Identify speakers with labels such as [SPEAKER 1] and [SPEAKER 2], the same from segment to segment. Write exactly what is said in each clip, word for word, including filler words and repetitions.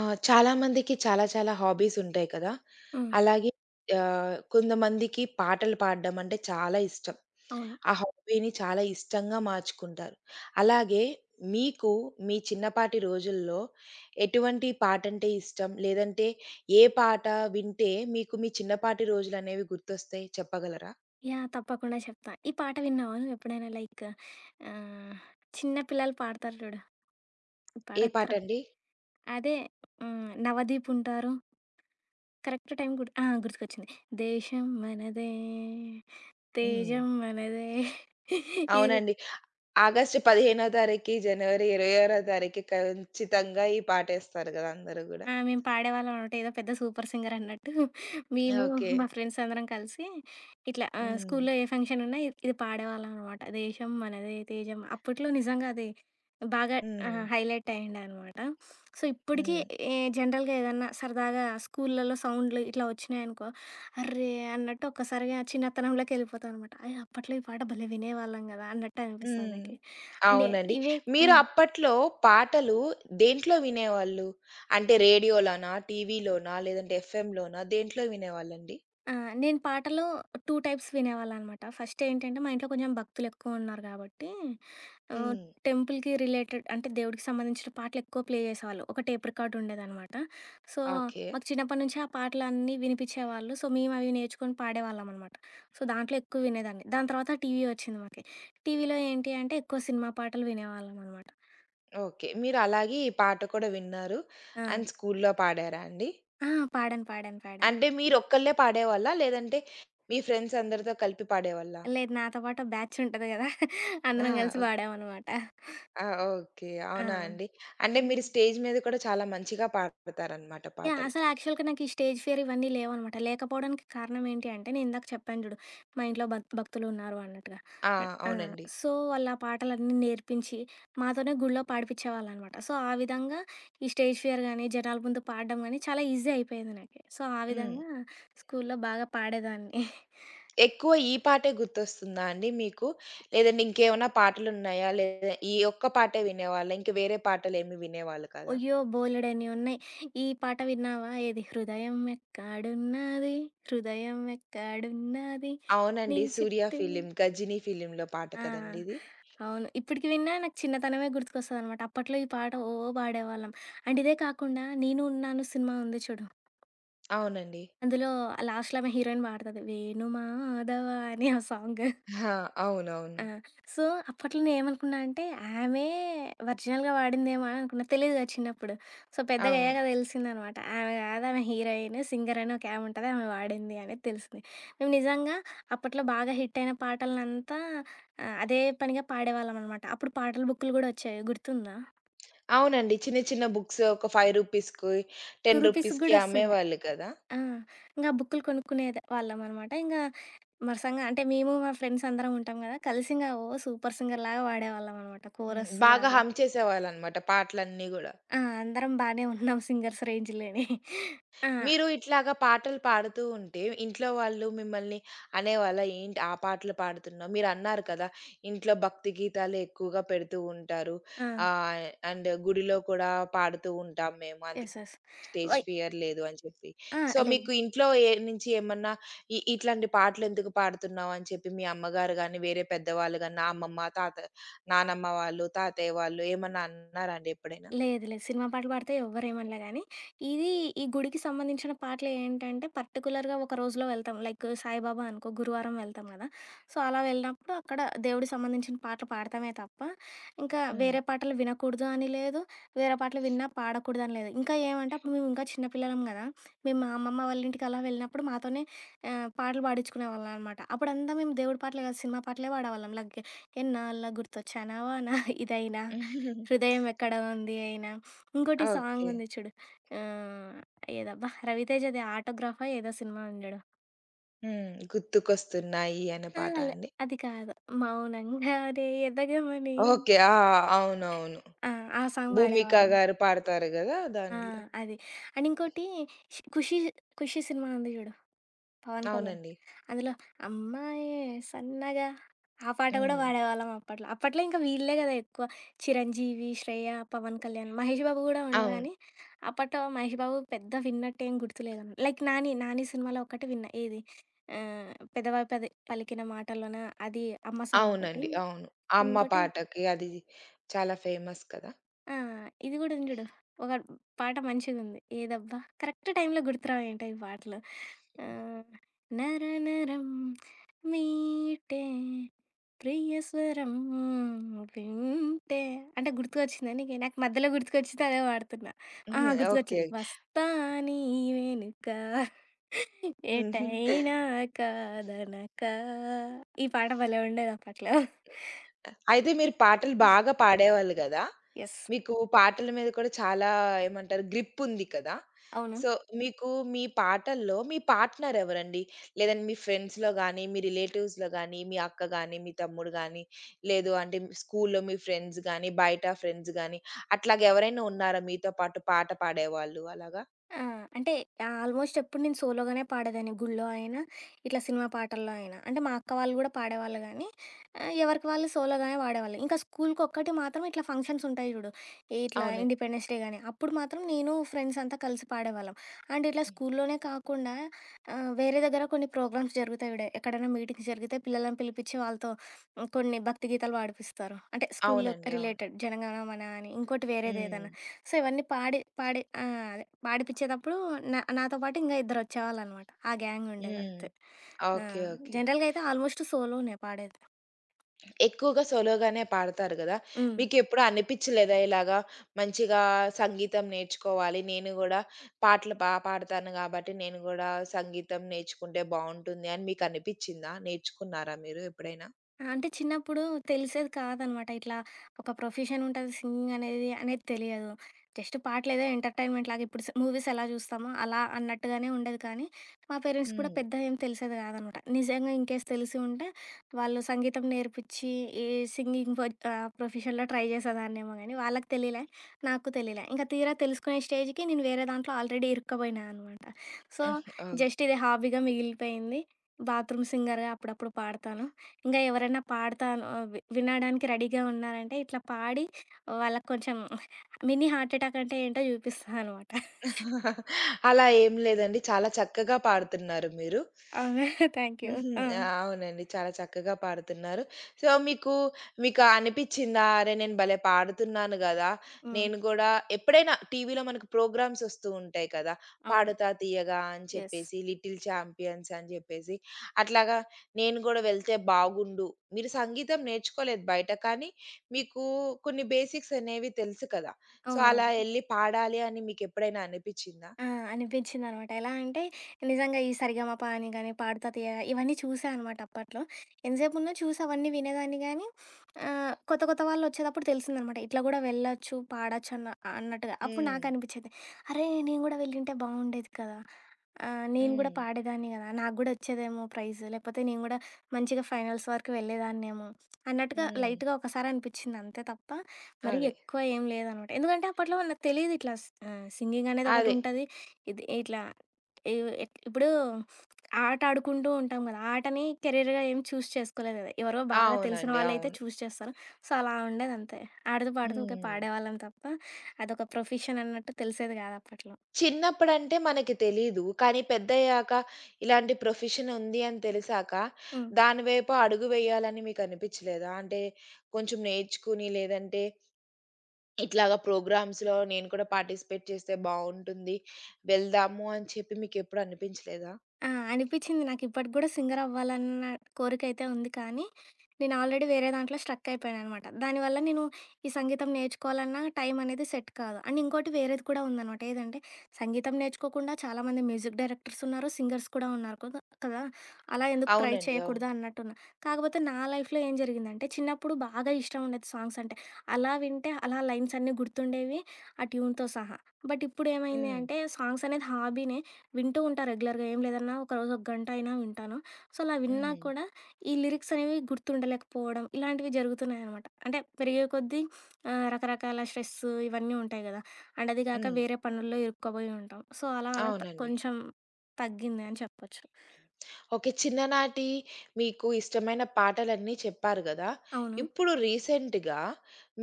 [SPEAKER 1] ఆ! చాలా మందికి చాలా చాలా హాబీస్ ఉంటాయి కదా!
[SPEAKER 2] హ్మ్.
[SPEAKER 1] అలాగే ఆహ్, కొంతమందికి పాటలు పాడడం అంటే చాలా ఇష్టం.
[SPEAKER 2] అవును.
[SPEAKER 1] ఆ హాబీని చాలా ఇష్టంగా మార్చుకుంటారు. అలాగే మీకు మీ చిన్నపాటి రోజుల్లో ఎటువంటి పాటంటే ఇష్టం? లేదంటే ఏ పాట వింటే మీకు మీ చిన్నపాటి రోజులనేవి గుర్తొస్తాయి చెప్పగలరా?
[SPEAKER 2] యాహ్! తప్పకుండా చెప్తా. ఈ పాట విన్నావా నువ్వెప్పుడైనా? లైక్ ఆహ్, చిన్న పిల్లలు పాడతారు చూడు. ఈ పాట
[SPEAKER 1] ఏ
[SPEAKER 2] కరెక్ట్.
[SPEAKER 1] పాటండి?
[SPEAKER 2] అదే హ్మ్. 'నవదీప్' ఉంటారు. కరెక్ట్ టైం గుర్ ఆ! గుర్తుకొచ్చింది. దేశం మనదే,
[SPEAKER 1] హ్మ్.
[SPEAKER 2] తేజం మనదే. ఇది
[SPEAKER 1] అవునండి. ఆగస్టు పదిహేను తారీఖు, జనవరి ఇరవై ఆరు తారీఖు ఖచ్చితంగా ఈ పాటేస్తారు గదా! అందరూ గూడా.
[SPEAKER 2] ఆ! మేము పాడేవాళ్ళం అన్నమాట, ఏదో పెద్ద సూపర్ సింగర్ అన్నట్టు. మేము
[SPEAKER 1] ఓకే.
[SPEAKER 2] మా ఫ్రెండ్స్ అందరం కలిసి ఇట్లా ఆహ్,
[SPEAKER 1] హ్మ్.
[SPEAKER 2] స్కూల్లో ఏ ఫంక్షన్ ఉన్నా ఇది ఇది పాడేవాళ్ళం అన్నమాట. 'దేశం మనదే తేజం' అప్పట్లో నిజంగా అది బాగా
[SPEAKER 1] హ్మ్.
[SPEAKER 2] ఆహ్, హైలైట్ అయిండనమాట. సో, ఇప్పటికి
[SPEAKER 1] హ్మ్.
[SPEAKER 2] ఏ జనరల్‌గా ఏదన్నా సరదాగా స్కూల్లలో సౌండ్‌లు ఇట్లా వచ్చినాయనుకో, అర్రే! అన్నట్టు ఒక్కసారిగా చిన్నతనంలోకి వెళ్ళిపోతాం అనమాట. అయ్యో! అప్పట్లో ఈ పాట భలే వినేవాళ్ళం కదా! అన్నట్టు అనిపిస్తది
[SPEAKER 1] హ్మ్.
[SPEAKER 2] నాకి. అంటే అవును.
[SPEAKER 1] అవునండి.
[SPEAKER 2] ఇవే
[SPEAKER 1] మీరు
[SPEAKER 2] హ్మ్.
[SPEAKER 1] అప్పట్లో పాటలు దేంట్లో వినేవాళ్ళు? అంటే రేడియోలోనా? టీవీలోనా? లేదంటే ఎఫ్ఎంలోనా? దేంట్లో వినేవాళ్ళండి?
[SPEAKER 2] ఆ! నేను పాటలు రెండు టైప్స్ వినేవాళ్ళనమాట. ఫస్ట్ ఏంటంటే, మా ఇంట్లో కొంచెం భక్తులెక్కువున్నారు గాబట్టి, ఆహ్,
[SPEAKER 1] హ్మ్.
[SPEAKER 2] టెంపుల్‌కి రిలేటెడ్ అంటే, దేవుడికి సంబంధించిన పాటలెక్కువ ప్లే జేసేవాళ్ళు. ఒక టేప్ రికార్డ్ ఉండేదనమాట. So,
[SPEAKER 1] okay.
[SPEAKER 2] మాకు చిన్నప్పటి నుంచే ఆ పాటలన్నీ వినిపిచ్చేవాళ్ళు. సో, మేమవి నేర్చుకొని పాడేవాళ్ళమనమాట. సో, దాంట్లో ఎక్కువ వినేదాన్ని. దాని తర్వాత టీవీ వచ్చింది మాకి. టీవీలో ఏంటి అంటే, ఎక్కువ సినిమా పాటలు వినేవాళ్ళమనమాట.
[SPEAKER 1] ఓకే. మీరు అలాగే ఈ పాట కూడా విన్నారు.
[SPEAKER 2] ఆ!
[SPEAKER 1] అండ్ స్కూల్లో పాడారా అండి?
[SPEAKER 2] ఆ! పాడాను. పాడాను. పాడాను.
[SPEAKER 1] అంటే మీరొక్కళ్ళే పాడేవాళ్ళా? లేదంటే మీ ఫ్రెండ్స్ అందరితో కలిపి పాడేవాళ్ళా?
[SPEAKER 2] లేదు. నాతో పాటు బ్యాచ్ ఉంటది గదా!
[SPEAKER 1] ఆ!
[SPEAKER 2] అందరం గలిసి
[SPEAKER 1] ఓకే.
[SPEAKER 2] పాడామనమాట.
[SPEAKER 1] ఆ! ఓకే.
[SPEAKER 2] ఆ!
[SPEAKER 1] అవునా అండి? అంటే మీరు స్టేజ్ మీద కూడా చాలా మంచిగా పాడతారనమాట
[SPEAKER 2] యాహ్!
[SPEAKER 1] పాటలు.
[SPEAKER 2] అసలు యాక్చువల్‌గా నాకు ఈ స్టేజ్ ఫియర్ ఇవన్నీ లేవనమాట. లేకపోవడానికి కారణం ఏంటి అంటే, నేను ఇందాక చెప్పాను చూడు, మా ఇంట్లో భక్ భక్తులు ఉన్నారు అన్నట్టుగా.
[SPEAKER 1] ఆ!
[SPEAKER 2] అట్ ఆ!
[SPEAKER 1] అవునండి.
[SPEAKER 2] సో, వాళ్ళు ఆ పాటలన్నీ నేర్పించి, మాతోనే గుడిలో పాడిపిచ్చేవాళ్ళనమాట. సో, ఆ విధంగా ఈ స్టేజ్ ఫియర్ గానీ, జనాల ముందు పాడడం గానీ చాలా ఈజీ అయిపోయేది నాకి. సో, ఆ
[SPEAKER 1] హ్మ్.
[SPEAKER 2] విధంగా స్కూల్లో బాగా పాడేదాన్ని.
[SPEAKER 1] ఎక్కువ ఈ పాటే గుర్తొస్తుందా అండి మీకు? లేదంటే ఇంకేమన్నా పాటలున్నాయా? లేదా ఈ ఒక్క పాటే వినేవాళ్ళా? ఇంక వేరే పాటలేమి వినేవాళ్ళు కాదా?
[SPEAKER 2] అయ్యో! బోలెడన్ని ఉన్నాయి. ఈ పాట విన్నావా? ఏది? హృదయం ఎక్కడున్నది? హృదయం ఎక్కడున్నది? నీ
[SPEAKER 1] అవునండి. 'సూర్య'
[SPEAKER 2] చుట్టూ
[SPEAKER 1] ఫిలిం, 'గజినీ' ఫిలింలో పాట
[SPEAKER 2] ఆ!
[SPEAKER 1] కదండీ ఇది.
[SPEAKER 2] అవును. ఇప్పటికి విన్నా నాకు చిన్నతనమే గుర్తుకొస్తదనమాట. అప్పట్లో ఈ పాట ఓ పాడేవాళ్ళం. అండ్ ఇదే కాకుండా 'నేను ఉన్నాను' సినిమా ఉంది చూడు.
[SPEAKER 1] అవునండి.
[SPEAKER 2] అందులో లాస్ట్‌లో ఆమె హీరోయిన్ పాడతది. 'వేణుమాధవ' అని ఆ సాంగ్.
[SPEAKER 1] ఆ! అవునవును.
[SPEAKER 2] ఆ! సో, అప్పట్లో నేనేమనుకున్నా అంటే, ఆమె ఒరిజినల్‌గా వాడిందేమో అని అనుకున్నా. తెలీదు కదా చిన్నప్పుడు. సో,
[SPEAKER 1] అవును.
[SPEAKER 2] పెద్దగయ్యాక తెలిసిందనమాట. ఆమె కాదు, ఆమె హీరోయిన్, సింగర్ అని ఒకామె ఉంటది. ఆమె వాడింది అనేది తెలిసింది. మేము నిజంగా అప్పట్లో బాగా హిట్ అయిన పాటలనంతా ఆహ్, అదే పనిగా పాడేవాళ్ళమనమాట. అప్పుడు పాటల బుక్కులు గూడా వచ్చేవి గుర్తుందా?
[SPEAKER 1] అవునండి. చిన్న చిన్న బుక్స్ ఒక ఐదు రూపాయలకి,
[SPEAKER 2] రెండు
[SPEAKER 1] రూ.
[SPEAKER 2] రూపీస్‌కి
[SPEAKER 1] 10కి
[SPEAKER 2] గూడా వస్తుండే.
[SPEAKER 1] అమ్మేవాళ్ళు కదా!
[SPEAKER 2] ఆ! ఇంగా బుక్కులు కొనుక్కునేది వాళ్ళమనమాట. ఇంగా వరసంగా అంటే మేము మా ఫ్రెండ్స్ అందరం ఉంటాం గదా! కలిసి ఇంగా ఓ సూపర్ సింగర్‌లాగా వాడేవాళ్ళమనమాట.
[SPEAKER 1] హ్మ్.
[SPEAKER 2] కోరస్
[SPEAKER 1] బాగా
[SPEAKER 2] అది.
[SPEAKER 1] హమ్ చేసేవాళ్ళనమాట పాటలన్నీ గూడా.
[SPEAKER 2] ఆ! అందరం బానే ఉన్నాం సింగర్స్ రేంజ్‌లోనే. ఆ!
[SPEAKER 1] మీరు ఇట్లాగా పాటలు పాడుతూ ఉంటే, ఇంట్లో వాళ్ళు మిమ్మల్ని అనేవాళ్ళా? "ఏంటి ఆ పాటలు పాడుతున్నావు?" మీరన్నారు కదా! ఇంట్లో భక్తి గీతాలే ఎక్కువగా పెడుతూ ఉంటారు.
[SPEAKER 2] ఆ!
[SPEAKER 1] ఆహ్, అండ్ గుడిలో కూడా పాడుతూ ఉంటాం మేము. అందుకే
[SPEAKER 2] యెస్. యెస్.
[SPEAKER 1] స్టేజ్
[SPEAKER 2] వై హ్మ్.
[SPEAKER 1] ఫియర్ లేదు అని చెప్పి.
[SPEAKER 2] ఆ!
[SPEAKER 1] సో,
[SPEAKER 2] లేదు.
[SPEAKER 1] మీకు ఇంట్లో ఏ నుంచి ఏమన్నా ఇ ఇట్లాంటి పాటలు ఎందుకు పాడుతున్నావు అని చెప్పి మీ అమ్మగారు గాని, వేరే పెద్దవాళ్ళు గాని, నా అమ్మమ్మ, తాత నానమ్మ వాళ్ళు, తాతయ్య వాళ్ళు ఏమన్నా అన్నారా అండి ఎప్పుడైనా?
[SPEAKER 2] లేదు, లేదు. సినిమా పాటలు పాడితే ఎవ్వరేమనలే గానీ, ఇది ఈ గుడికి సంబంధించిన పాటలు ఏంటంటే పర్టిక్యులర్‌గా ఒక రోజులో వెళ్తాం. లైక్ సాయిబాబా అనుకో గురువారం వెళ్తాం గదా! సో, అలా వెళ్ళినప్పుడు అక్కడ దేవుడికి సంబంధించిన పాటలు పాడతామే తప్ప, ఇంకా
[SPEAKER 1] హ్మ్.
[SPEAKER 2] వేరే పాటలు వినకూడదు అని లేదు, వేరే పాటలు విన్నా పాడకూడదు అని లేదు. ఇంకా ఏమంటే అప్పుడు మేము ఇంకా చిన్న పిల్లలం గదా! మేము మా అమ్మమ్మ వాళ్ళ ఇంటికి అలా వెళ్ళినప్పుడు మాతోనే ఆహ్, పాటలు పాడించుకునేవాళ్ళం అనమాట. అప్పుడంతా మేము దేవుడి పాటలే గాదు సినిమా పాటలే పాడేవాళ్ళం. లైక్ ఎన్నాళ్ళ గుర్తొచ్చానావా నా ఇదైనా, 'హృదయం ఎక్కడ ఉంది' అయినా, ఇంకోటి
[SPEAKER 1] ఓకే.
[SPEAKER 2] సాంగుంది చూడు. ఆహ్, ఏదబ్బా! రవితేజది 'ఆటోగ్రాఫా' ఏదో సినిమా ఉంది జూడు.
[SPEAKER 1] హ్మ్. 'గుర్తుకొస్తున్నాయి' అనే
[SPEAKER 2] ఆ!
[SPEAKER 1] పాట
[SPEAKER 2] లే
[SPEAKER 1] అండి?
[SPEAKER 2] అది కాదు. 'మౌనంగానే ఎదగమని'.
[SPEAKER 1] ఓకే. ఆ! అవునవును.
[SPEAKER 2] ఆ! ఆ సాంగ్
[SPEAKER 1] భూమిక
[SPEAKER 2] పాడేవాళ్ళు.
[SPEAKER 1] గారు పాడతారు గదా!
[SPEAKER 2] ఆ!
[SPEAKER 1] దాంట్లో.
[SPEAKER 2] అది. అండ్ ఇంకోటి 'ఖుషి' 'ఖుషి' సినిమా ఉంది జూడు. పవన్ కళ్యాణ్.
[SPEAKER 1] అవునండి.
[SPEAKER 2] అందులో అమ్మాయే సన్నగా ఆ పాట గూడా
[SPEAKER 1] హ్మ్.
[SPEAKER 2] వాడేవాళ్ళం అప్పట్లో. అప్పట్లో ఇంకా వీళ్ళే గదా ఎక్కువ. చిరంజీవి, శ్రేయ, పవన్ కళ్యాణ్, మహేష్ బాబు గూడా ఉండు
[SPEAKER 1] అవును.
[SPEAKER 2] గానీ, అప్పట్లో మహేష్ బాబు పెద్ద విన్నట్టేం గుర్తులేదు. లైక్ 'నాని' 'నాని' సినిమాలో ఒక్కటి విన్నా. ఏది ఆహ్, పెదవి పది పలికిన మాటల్లోన, అది అమ్మ సాంగొకటి.
[SPEAKER 1] అవునండి. అవును. అమ్మ
[SPEAKER 2] ఇంకోటి
[SPEAKER 1] పాటకి అది చాలా ఫేమస్ కదా!
[SPEAKER 2] ఆ! ఇది గూడా ఉంది జూడు. ఒక పాట మంచిగుంది. ఏదబ్బా! కరెక్ట్ టైంలో గుర్తురావేంటో ఈ పాటలు. ఆహ్, నరనరం మీటే ప్రియస్వరం వింటే. అంటే గుర్తుకొచ్చిందా నీకి? నాకు మధ్యలో గుర్తుకొచ్చింది అదే పాడుతున్నా. ఆ!
[SPEAKER 1] ఓకే.
[SPEAKER 2] గుర్తుకొచ్చింది. వస్తా నీ వెనుక
[SPEAKER 1] హుహు.
[SPEAKER 2] ఎటైనా కాదనక. ఈ పాట భలే ఉండేది అప్పట్లో.
[SPEAKER 1] అయితే మీరు పాటలు బాగా పాడేవాళ్ళు గదా!
[SPEAKER 2] యెస్.
[SPEAKER 1] మీకు పాటల మీద కూడా చాలా ఏమంటారు గ్రిప్ ఉంది కదా!
[SPEAKER 2] అవును.
[SPEAKER 1] సో, మీకు మీ పాటల్లో మీ పార్ట్‌నర్ ఎవరండి? లేదంటే మీ ఫ్రెండ్స్‌లో గాని, మీ రిలేటివ్స్‌లో గాని, మీ అక్క గాని, మీ తమ్ముడు గాని, లేదు అంటే స్కూల్‌లో మీ ఫ్రెండ్స్ గాని, బయట ఫ్రెండ్స్ గాని అట్లాగా ఎవరైనా ఉన్నారా మీతో పాటు పాట పాడేవాళ్ళు అలాగా?
[SPEAKER 2] ఆ! అంటే ఆల్మోస్ట్ ఎప్పుడు నేను సోలోగానే పాడేదాన్ని. గుళ్ళో అయినా, ఇట్లా సినిమా పాటల్లో అయినా. అంటే మా అక్క వాళ్ళు గూడా పాడేవాళ్ళు గానీ, ఆహ్, ఎవరికి వాళ్ళు సోలోగానే పాడేవాళ్ళు. ఇంకా స్కూలుకొక్కటి మాత్రం ఇట్లా ఫంక్షన్స్ ఉంటాయి జూడు. ఇట్లా అవును.
[SPEAKER 1] అవునండి.
[SPEAKER 2] ఇండిపెండెన్స్ డే గాని, అప్పుడు మాత్రం నేను, ఫ్రెండ్స్ అంతా కలిసి పాడేవాళ్ళం. అండ్ ఇట్లా
[SPEAKER 1] హ్మ్.
[SPEAKER 2] స్కూల్లోనే కాకుండా ఆహ్, వేరే దగ్గర కొన్ని ప్రోగ్రామ్స్ జరుగుతాయి జూడు. ఎక్కడైనా మీటింగ్స్ జరిగితే పిల్లలని పిలిపిచ్చి వాళ్ళతో హ్మ్, కొన్ని భక్తి గీతాలు పాడిపిస్తారు. అంటే స్కూల్లో
[SPEAKER 1] అవునండి. అవును.
[SPEAKER 2] రిలేటెడ్ 'జనగణమన' అని, ఇంకోటి
[SPEAKER 1] హ్మ్.
[SPEAKER 2] వేరేదేదన్నా. సో, ఇవన్నీ పాడి పాడి ఆ! అదే పాడిపిచ్చేతప్పుడు నా నాతో పాటు ఇంకా ఇద్దరొచ్చేవాళ్ళనమాట. ఆ
[SPEAKER 1] హ్మ్.
[SPEAKER 2] గ్యాంగుండేదంతే. ఆ!
[SPEAKER 1] ఓకే. ఓకే.
[SPEAKER 2] జనరల్‌గా అయితే ఆల్మోస్ట్ సోలోనే పాడేది.
[SPEAKER 1] ఎక్కువగా సోలోగానే పాడతారు గదా!
[SPEAKER 2] హ్మ్.
[SPEAKER 1] మీకెప్పుడు అనిపిచ్చలేదా ఇలాగా మంచిగా సంగీతం నేర్చుకోవాలి, నేను గూడా పాటలు బా పాడతాను గాబట్టి నేను గూడా సంగీతం నేర్చుకుంటే బావుంటుంది అని మీకనిపిచ్చిందా? నేర్చుకున్నారా మీరు ఎప్పుడైనా?
[SPEAKER 2] ఆ! అంటే చిన్నప్పుడు తెలిసేది కాదనమాట. ఇట్లా ఒక ప్రొఫెషన్ ఉంటది సింగింగ్ అనేది, అనేది తెలియదు. జస్ట్ పాటలేదో ఎంటర్‌టైన్‌మెంట్ లాగా ఇప్పుడు స్ మూవీస్ ఎలా చూస్తామో అలా అన్నట్టుగానే ఉండేది కానీ, మా పేరెంట్స్ కూడా
[SPEAKER 1] హ్మ్.
[SPEAKER 2] పెద్దగా ఏం తెలిసేది కాదనమాట. నిజంగా ఇన్‌కేస్ తెలిసి ఉంటే వాళ్ళు సంగీతం నేర్పిచ్చి ఈ సింగింగ్ ప ఆహ్, ప్రొఫెషన్‌లో ట్రై చేసేదాన్నేమో గానీ, వాళ్ళకి తెలియలే, నాకు తెలియలే. ఇంకా తీరా తెలుసుకునే స్టేజ్‌కి నేను వేరే దాంట్లో ఆల్రెడీ ఇరుక్కుపోయినా అనమాట. సో,
[SPEAKER 1] హ్మ్. ఓహ్!
[SPEAKER 2] జస్ట్ ఇది హాబీగా మిగిలిపోయింది. బాత్రూమ్ సింగర్‌గా అప్పుడప్పుడు పాడతాను. ఇంగా ఎవరైనా పాడతాను ఆహ్, వి వినడానికి రెడీగా ఉన్నారంటే, ఇట్లా పాడి వాళ్ళకి కొంచెం మినీ హార్ట్ ఎటాక్ అంటే ఏంటో చూపిస్తా అనమాట.
[SPEAKER 1] అలా ఏం లేదండి. చాలా చక్కగా పాడుతున్నారు మీరు.
[SPEAKER 2] అవునా! Thank you.
[SPEAKER 1] హుహు.
[SPEAKER 2] ఆ!
[SPEAKER 1] ఆ! అవునండి. చాలా చక్కగా పాడుతున్నారు. సో, మీకు మీకు అనిపిచ్చిందా? అరే! నేను భలే పాడుతున్నాను గదా!
[SPEAKER 2] హ్మ్.
[SPEAKER 1] నేను గూడా ఎప్పుడైనా టీవీలో మనకు ప్రోగ్రామ్స్ ఒస్తూ ఉంటాయి కదా!
[SPEAKER 2] అవును.
[SPEAKER 1] పాడుతా తీయగా అని
[SPEAKER 2] యెస్.
[SPEAKER 1] చెప్పేసి, లిటిల్ ఛాంపియన్స్ అని జెప్పేసి, అట్లాగా నేను గూడా వెళ్తే బాగుండు. మీరు సంగీతం నేర్చుకోలేదు బయట. కానీ మీకు కొన్ని బేసిక్స్ అనేవి తెలుసు కదా! సో,
[SPEAKER 2] అవునవును.
[SPEAKER 1] అలా ఎళ్లి పాడాలి అని మీకెప్పుడైనా అనిపిచ్చిందా?
[SPEAKER 2] ఆ! అనిపించిందనమాట. ఎలా అంటే నిజంగా ఈ సరిగమప అని గాని, పాడుతా తీయగా ఇవన్నీ చూసా అనమాట అప్పట్లో. ఎంతసేపున్నా చూసి అవన్నీ వినేదాన్ని గానీ, ఆహ్, కొత్త కొత్త వాళ్ళొచ్చేటప్పుడు తెలిసిందనమాట. ఇట్లా గూడా వెళ్ళొచ్చు, పాడొచ్చు అన్న అన్నట్టుగా. అప్పుడు
[SPEAKER 1] హ్మ్.
[SPEAKER 2] నాకనిపిచ్చేది, అరే! నేను గూడా వెళ్ళింటే బావుండేది కదా! ఆహ్, నేను గూడా
[SPEAKER 1] హ్మ్.
[SPEAKER 2] పాడేదాన్ని గదా! నాకు గూడా ఒచ్చేదేమో ప్రైజ్. లేకపోతే నేను గూడా మంచిగా ఫైనల్స్ వరకు వెళ్ళేదాన్నేమో అన్నట్టుగా
[SPEAKER 1] హ్మ్.
[SPEAKER 2] లైట్‌గా ఒకసారి అనిపిచ్చింది అంతే తప్ప, మరీ
[SPEAKER 1] అదే.
[SPEAKER 2] ఎక్కువ ఏం లేదనమాట. ఎందుకంటే అప్పట్లో నాకు తెలీదు ఇట్లా ఆహ్, సింగింగ్ అనేది
[SPEAKER 1] అదే.
[SPEAKER 2] ఒకటుంటది. ఇది ఇట్లా ఇవ్ ఎట్ ఇప్పుడు ఆట ఆడుకుంటూ ఉంటాం కదా! ఆటని కెరీర్‌గా ఏం చూజ్ చేసుకోలేదు కదా! ఎవరో బాగా తెలిసిన
[SPEAKER 1] అవునండి.
[SPEAKER 2] వాళ్ళైతే
[SPEAKER 1] అవును.
[SPEAKER 2] చూజ్ చేస్తారు. సో, అలా ఉండేదంతే. ఆడుతూ పాడుతూ ఊకే
[SPEAKER 1] హ్మ్.
[SPEAKER 2] పాడేవాళ్ళం తప్ప, అదొక ప్రొఫెషన్ అన్నట్టు తెలిసేది కాదు అప్పట్లో.
[SPEAKER 1] చిన్నప్పుడంటే మనకి తెలీదు. కానీ పెద్దయ్యాక ఇలాంటి ప్రొఫెషన్ ఉంది అని తెలిసాక
[SPEAKER 2] హ్మ్.
[SPEAKER 1] దాని వైపు అడుగు వేయాలని మీకనిపించలేదా? అంటే కొంచెం నేర్చుకుని లేదంటే ఇట్లాగా ప్రోగ్రామ్స్‌లో నేను కూడా పార్టిసిపేట్ చేస్తే బావుంటుంది. వెళ్దాము అని చెప్పి మీకెప్పుడు అనిపించలేదా?
[SPEAKER 2] ఆ! అనిపిచ్చింది. నాకిప్పటికి గూడా సింగరవ్వాలన్న కోరికైతే ఉంది కానీ, నేను ఆల్రెడీ వేరే దాంట్లో స్ట్రక్ అయిపోయాననమాట. దానివల్ల నేను ఈ సంగీతం నేర్చుకోవాలన్నా టైం అనేది సెట్ కాదు. అండ్ ఇంకోటి వేరేది కూడా ఉందనమాట. ఏదంటే, సంగీతం నేర్చుకోకుండా చాలామంది మ్యూజిక్ డైరెక్టర్స్ ఉన్నారు, సింగర్స్ కూడా ఉన్నారు కదా! కదా! అలా ఎందుకు ట్రై
[SPEAKER 1] అవునండి. అవును.
[SPEAKER 2] చేయకూడదా అన్నట్టున్నా. కాకపోతే నా లైఫ్‌లో ఏం జరిగిందంటే, చిన్నప్పుడు బాగా ఇష్టం ఉండేది సాంగ్స్ అంటే. అలా వింటే అలా లైన్స్ అన్నీ గుర్తుండేవి, ఆ ట్యూన్‌తో సహా. బట్ ఇప్పుడేమైంది
[SPEAKER 1] హ్మ్.
[SPEAKER 2] అంటే, సాంగ్స్ అనేది హాబీనే. వింటూ ఉంటా రెగ్యులర్‌గా. ఏం లేదన్నా ఒకరోజు ఒక గంట అయినా వింటాను. సో, అలా విన్నా
[SPEAKER 1] హ్మ్.
[SPEAKER 2] కూడా ఈ లిరిక్స్ అనేవి గుర్తుండలేకపోవడం, ఇలాంటివి జరుగుతున్నాయనమాట. అంటే పెరిగే కొద్దీ ఆహ్, రకరకాల స్ట్రెస్సు ఇవన్నీ ఉంటాయి గదా! అండ్ అది గాక
[SPEAKER 1] హ్మ్.
[SPEAKER 2] వేరే పనుల్లో ఇరుక్కుపోయి ఉంటాం. సో, అలా అలా త
[SPEAKER 1] అవునండి.
[SPEAKER 2] కొంచెం తగ్గింది అని చెప్పొచ్చు.
[SPEAKER 1] ఓకే. చిన్ననాటి మీకు ఇష్టమైన పాటలన్నీ చెప్పారు గదా!
[SPEAKER 2] అవును.
[SPEAKER 1] ఇప్పుడు రీసెంట్‌గా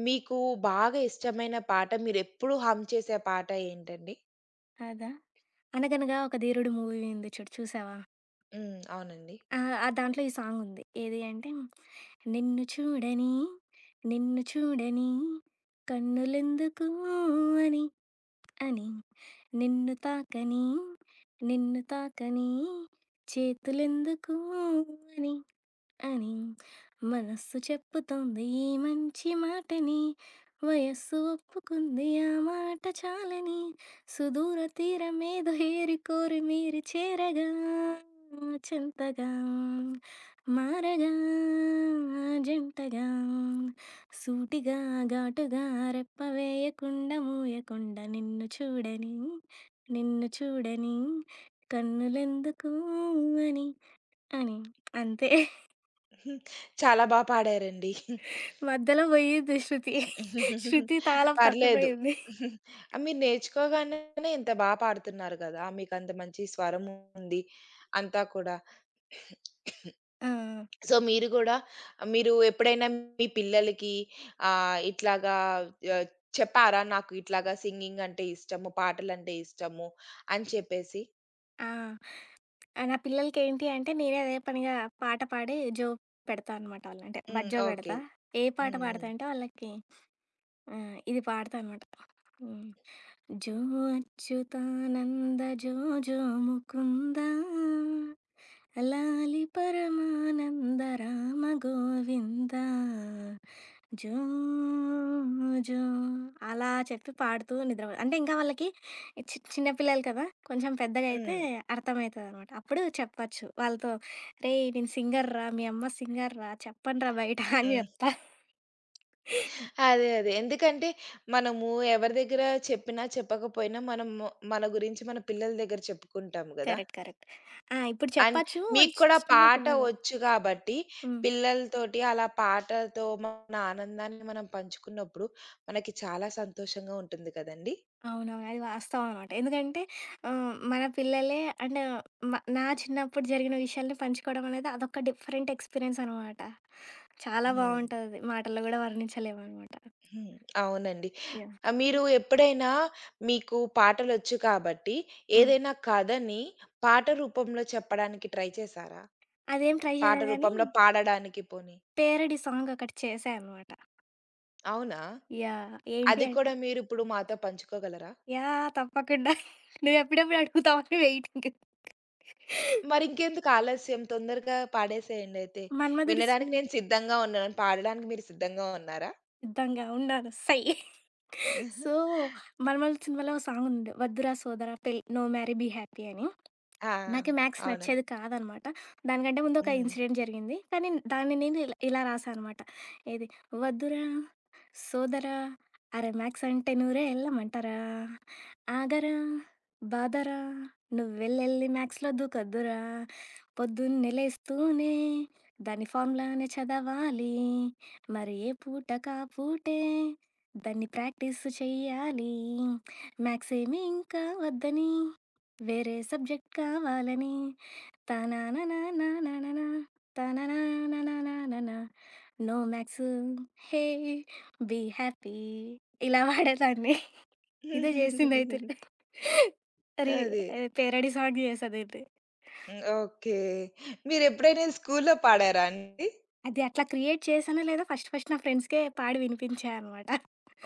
[SPEAKER 1] మీకు బాగా ఇష్టమైన పాట మీరెప్పుడు హమ్ చేసే పాట ఏంటండి?
[SPEAKER 2] అదా! 'అనగనగా ఒక ధీరుడు' మూవీ ఉంది చూడు, చూసావా?
[SPEAKER 1] హ్మ్. అవునండి.
[SPEAKER 2] ఆ! ఆ దాంట్లో ఈ సాంగుంది. ఏది అంటే నిన్ను చూడని, నిన్ను చూడని కన్నులెందుకు అని అని. నిన్ను తాకని, నిన్ను తాకని చేతులెందుకు అని. అని మనస్సు చెప్పుతోంది ఈ మంచి మాటని, వయస్సు ఒప్పుకుంది ఆ మాట చాలని. సుదూర తీరమేదో ఏరి కోరి మీరు చేరగా, చెంతగా, మారగా, జంటగా, సూటిగా, ఘాటుగా, రెప్ప వేయకుండా మూయకుండా, నిన్ను చూడని నిన్ను చూడని కన్నులెందుకు అని అని. అంతే.
[SPEAKER 1] చాలా బా పాడారండి.
[SPEAKER 2] మధ్యలో పోయింది శృతి. శృతి తాళం
[SPEAKER 1] పర్లేదు.
[SPEAKER 2] తప్పిపోయింది.
[SPEAKER 1] ఆహ్, మీరు నేర్చుకోగానే ఇంత బా పాడుతున్నారు గదా! మీకంత మంచి స్వరం ఉంది. అంతా కూడా.
[SPEAKER 2] ఆ!
[SPEAKER 1] సో, మీరు గూడా మీరు ఎప్పుడైనా మీ పిల్లలకి ఆహ్, ఇట్లాగా ఆహ్, చెప్పారా? నాకు ఇట్లాగా సింగింగ్ అంటే ఇష్టము, పాటలంటే ఇష్టము అని చెప్పేసి?
[SPEAKER 2] ఆ! ఆహ్, నా పిల్లలకేంటి అంటే, నేనే అదే పనిగా పాట పాడి జోక్ పెడతా అనమాట వాళ్ళని. అంటే
[SPEAKER 1] హ్మ్.
[SPEAKER 2] బజ్జో
[SPEAKER 1] ఓకే.
[SPEAKER 2] పెడతా. ఏ పాట
[SPEAKER 1] హ్మ్.
[SPEAKER 2] పాడతా అంటే వాళ్ళకి ఆ! ఇది పాడతా అనమాట. హ్మ్. జో అచ్యుతానంద, జో జో ముకుంద, లాలి పరమానంద రామ గోవింద, జో జో. అలా చెప్పి పాడుతూ నిద్రపో అంటే ఇంకా వాళ్ళకి చి చిన్న పిల్లలు కదా! కొంచెం పెద్దగా అయితే
[SPEAKER 1] హ్మ్.
[SPEAKER 2] అర్థమైతదనమాట. అప్పుడు చెప్పచ్చు వాళ్ళతో, "రేయ్! నేను సింగర్‌రా, మీ అమ్మ సింగర్‌రా, చెప్పండ్రా బయట" అని
[SPEAKER 1] హ్మ్. హ్మ్.
[SPEAKER 2] జెప్తా.
[SPEAKER 1] అదే. అదే. ఎందుకంటే మనము ఎవరి దగ్గర చెప్పినా, చెప్పకపోయినా మనము మన గురించి మన పిల్లల దగ్గర చెప్పుకుంటాము గదా!
[SPEAKER 2] కరెక్ట్. కరెక్ట్. ఆ! ఇప్పుడు
[SPEAKER 1] అండ్
[SPEAKER 2] చెప్పచ్చు, వాళ్ళు
[SPEAKER 1] మీకు
[SPEAKER 2] చి
[SPEAKER 1] కూడా
[SPEAKER 2] చిన్న
[SPEAKER 1] పాట
[SPEAKER 2] పిల్లలు.
[SPEAKER 1] వచ్చు గాబట్టి,
[SPEAKER 2] హ్మ్.
[SPEAKER 1] పిల్లలతోటి అలా పాటతో మన ఆనందాన్ని మనం పంచుకున్నప్పుడు, మనకి చాలా సంతోషంగా ఉంటుంది కదండీ!
[SPEAKER 2] అవునవును. అది వాస్తవం అనమాట. ఎందుకంటే ఆహ్, మన పిల్లలే అండ్ మ నా చిన్నప్పుడు జరిగిన విషయాల్ని పంచుకోవడం అనేది అదొక డిఫరెంట్ ఎక్స్‌పీరియన్స్ అనమాట. చాలా
[SPEAKER 1] హ్మ్.
[SPEAKER 2] బావుంటదది. మాటల్లో గూడా వర్ణించలేమనమాట.
[SPEAKER 1] హ్మ్. అవునండి.
[SPEAKER 2] యాహ్!
[SPEAKER 1] ఆహ్, మీరు ఎప్పుడైనా మీకు పాటలొచ్చు కాబట్టి,
[SPEAKER 2] హ్మ్.
[SPEAKER 1] ఏదైనా కథని పాట రూపంలో చెప్పడానికి ట్రై చేశారా?
[SPEAKER 2] అదేం ట్రై
[SPEAKER 1] పాట
[SPEAKER 2] చేయలేదు గానీ,
[SPEAKER 1] రూపంలో పాడడానికి పోనీ.
[SPEAKER 2] పేరడీ సాంగ్ ఒకటి చేశా అనమాట.
[SPEAKER 1] అవునా?
[SPEAKER 2] యాహ్! ఏంటి
[SPEAKER 1] అది
[SPEAKER 2] అంటే
[SPEAKER 1] కూడా మీరిప్పుడు మాతో పంచుకోగలరా?
[SPEAKER 2] యాహ్! తప్పకుండా. నువ్వు ఎప్పుడెప్పుడు అడుగుతావని వెయిటింగ్.
[SPEAKER 1] మరింకెందుకు ఆలస్యం? తొందరగా పాడేసేయండి అయితే.
[SPEAKER 2] మన్మధుడి సి
[SPEAKER 1] వినడానికి నేను సిద్ధంగా ఉన్నాను. పాడడానికి మీరు సిద్ధంగా ఉన్నారా?
[SPEAKER 2] సిద్ధంగా ఉన్నాను. సై. సో, 'మలమల' సినిమాలో ఓ సాంగుంది. 'వద్దురా సోదరా పెళ్ నో మ్యారీ బీ హ్యాపీ' అని.
[SPEAKER 1] ఆ!
[SPEAKER 2] నాకు మ్యాథ్స్
[SPEAKER 1] అవును.
[SPEAKER 2] నచ్చేది కాదనమాట. దానికంటే ముందు ఒక
[SPEAKER 1] హ్మ్.
[SPEAKER 2] ఇన్సిడెంట్ జరిగింది. కానీ దాన్ని నేను ఇలా ఇలా రాసా అనమాట. ఏది వద్దురా సోదరా, అరె మ్యాథ్స్ అంటే నూరే ఎల్లమంటరా, ఆగరా బాధరా, నువ్వెళ్ళెళ్ళి మ్యాథ్స్‌లో దూకొద్దురా. పొద్దున్నే లేస్తూనే దాని ఫార్ములానే చదవాలి. మరి ఏ పూటకా పూటే దాన్ని ప్రాక్టీస్ చెయ్యాలి. మ్యాథ్సేమి ఇంకా వద్దని వేరే సబ్జెక్ట్ కావాలని, తనననననననా, తనననననననా, no maths, hey be happy. ఇలా వాడేదాన్ని. ఇదే చేసింది అయితే,
[SPEAKER 1] అది.
[SPEAKER 2] పేరడీ సాంగ్ చేసేది ఇది.
[SPEAKER 1] హ్మ్. ఓకే. మీరెప్పుడైనా ఇది స్కూల్లో పాడారా అండి?
[SPEAKER 2] అది అట్లా క్రియేట్ చేశానో లేదో ఫస్ట్ ఫస్ట్ నా ఫ్రెండ్స్కే పాడి వినిపించాయి అనమాట.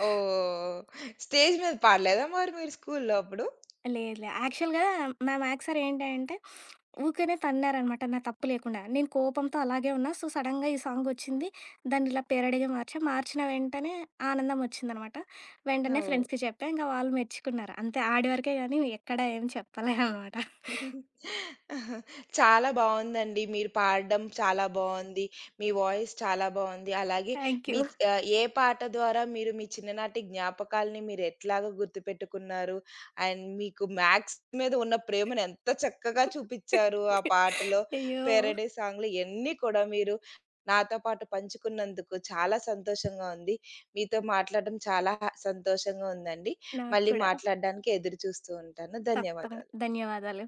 [SPEAKER 1] ఓహ్! స్టేజ్ మీద పాడలేదా మరి మీరు స్కూల్లో అప్పుడు?
[SPEAKER 2] లేదు, లేదు. యాక్చువల్‌గా మా మ్యాథ్స్ సార్ ఏంటంటే ఊకనే తన్నారనమాట నా తప్పు లేకుండా. నేను కోపంతో అలాగే ఉన్నా. సో, సడెన్‌గా ఈ సాంగొచ్చింది. దాన్ని ఇలా పేరడీగా మార్చా. మార్చిన వెంటనే ఆనందం ఒచ్చిందనమాట. వెంటనే
[SPEAKER 1] ఓహ్!
[SPEAKER 2] ఫ్రెండ్స్‌కి చెప్పా. ఇంక వాళ్ళు మెచ్చుకున్నారు. అంతే ఆడి వరకే గానీ ఎక్కడ ఏం చెప్పలే అనమాట.
[SPEAKER 1] చాలా బావుందండి. మీరు పాడడం చాలా బావుంది. మీ వాయిస్ చాలా బావుంది. అలాగే
[SPEAKER 2] థ్యాంక్ యూ.
[SPEAKER 1] మీ ఆహ్, ఏ పాట ద్వారా మీరు మీ చిన్ననాటి జ్ఞాపకాల్ని మీరు ఎట్లాగా గుర్తుపెట్టుకున్నారు? అండ్ మీకు మ్యాథ్స్ మీద ఉన్న ప్రేమను ఎంత చక్కగా చూపిచ్చారు ఆ పాటలో.
[SPEAKER 2] అయ్యో!
[SPEAKER 1] 'పేరడై' సాంగ్‌లో ఇయన్నీ కూడా మీరు నాతో పాటు పంచుకున్నందుకు చాలా సంతోషంగా ఉంది. మీతో మాట్లాడడం చాలా సంతోషంగా ఉందండి.
[SPEAKER 2] నాకు
[SPEAKER 1] మళ్ళీ
[SPEAKER 2] కూడా.
[SPEAKER 1] మాట్లాడడానికి ఎదురు చూస్తూ ఉంటాను.
[SPEAKER 2] తప్పకుండా.
[SPEAKER 1] ధన్యవాదాలు.
[SPEAKER 2] ధన్యవాదాలు.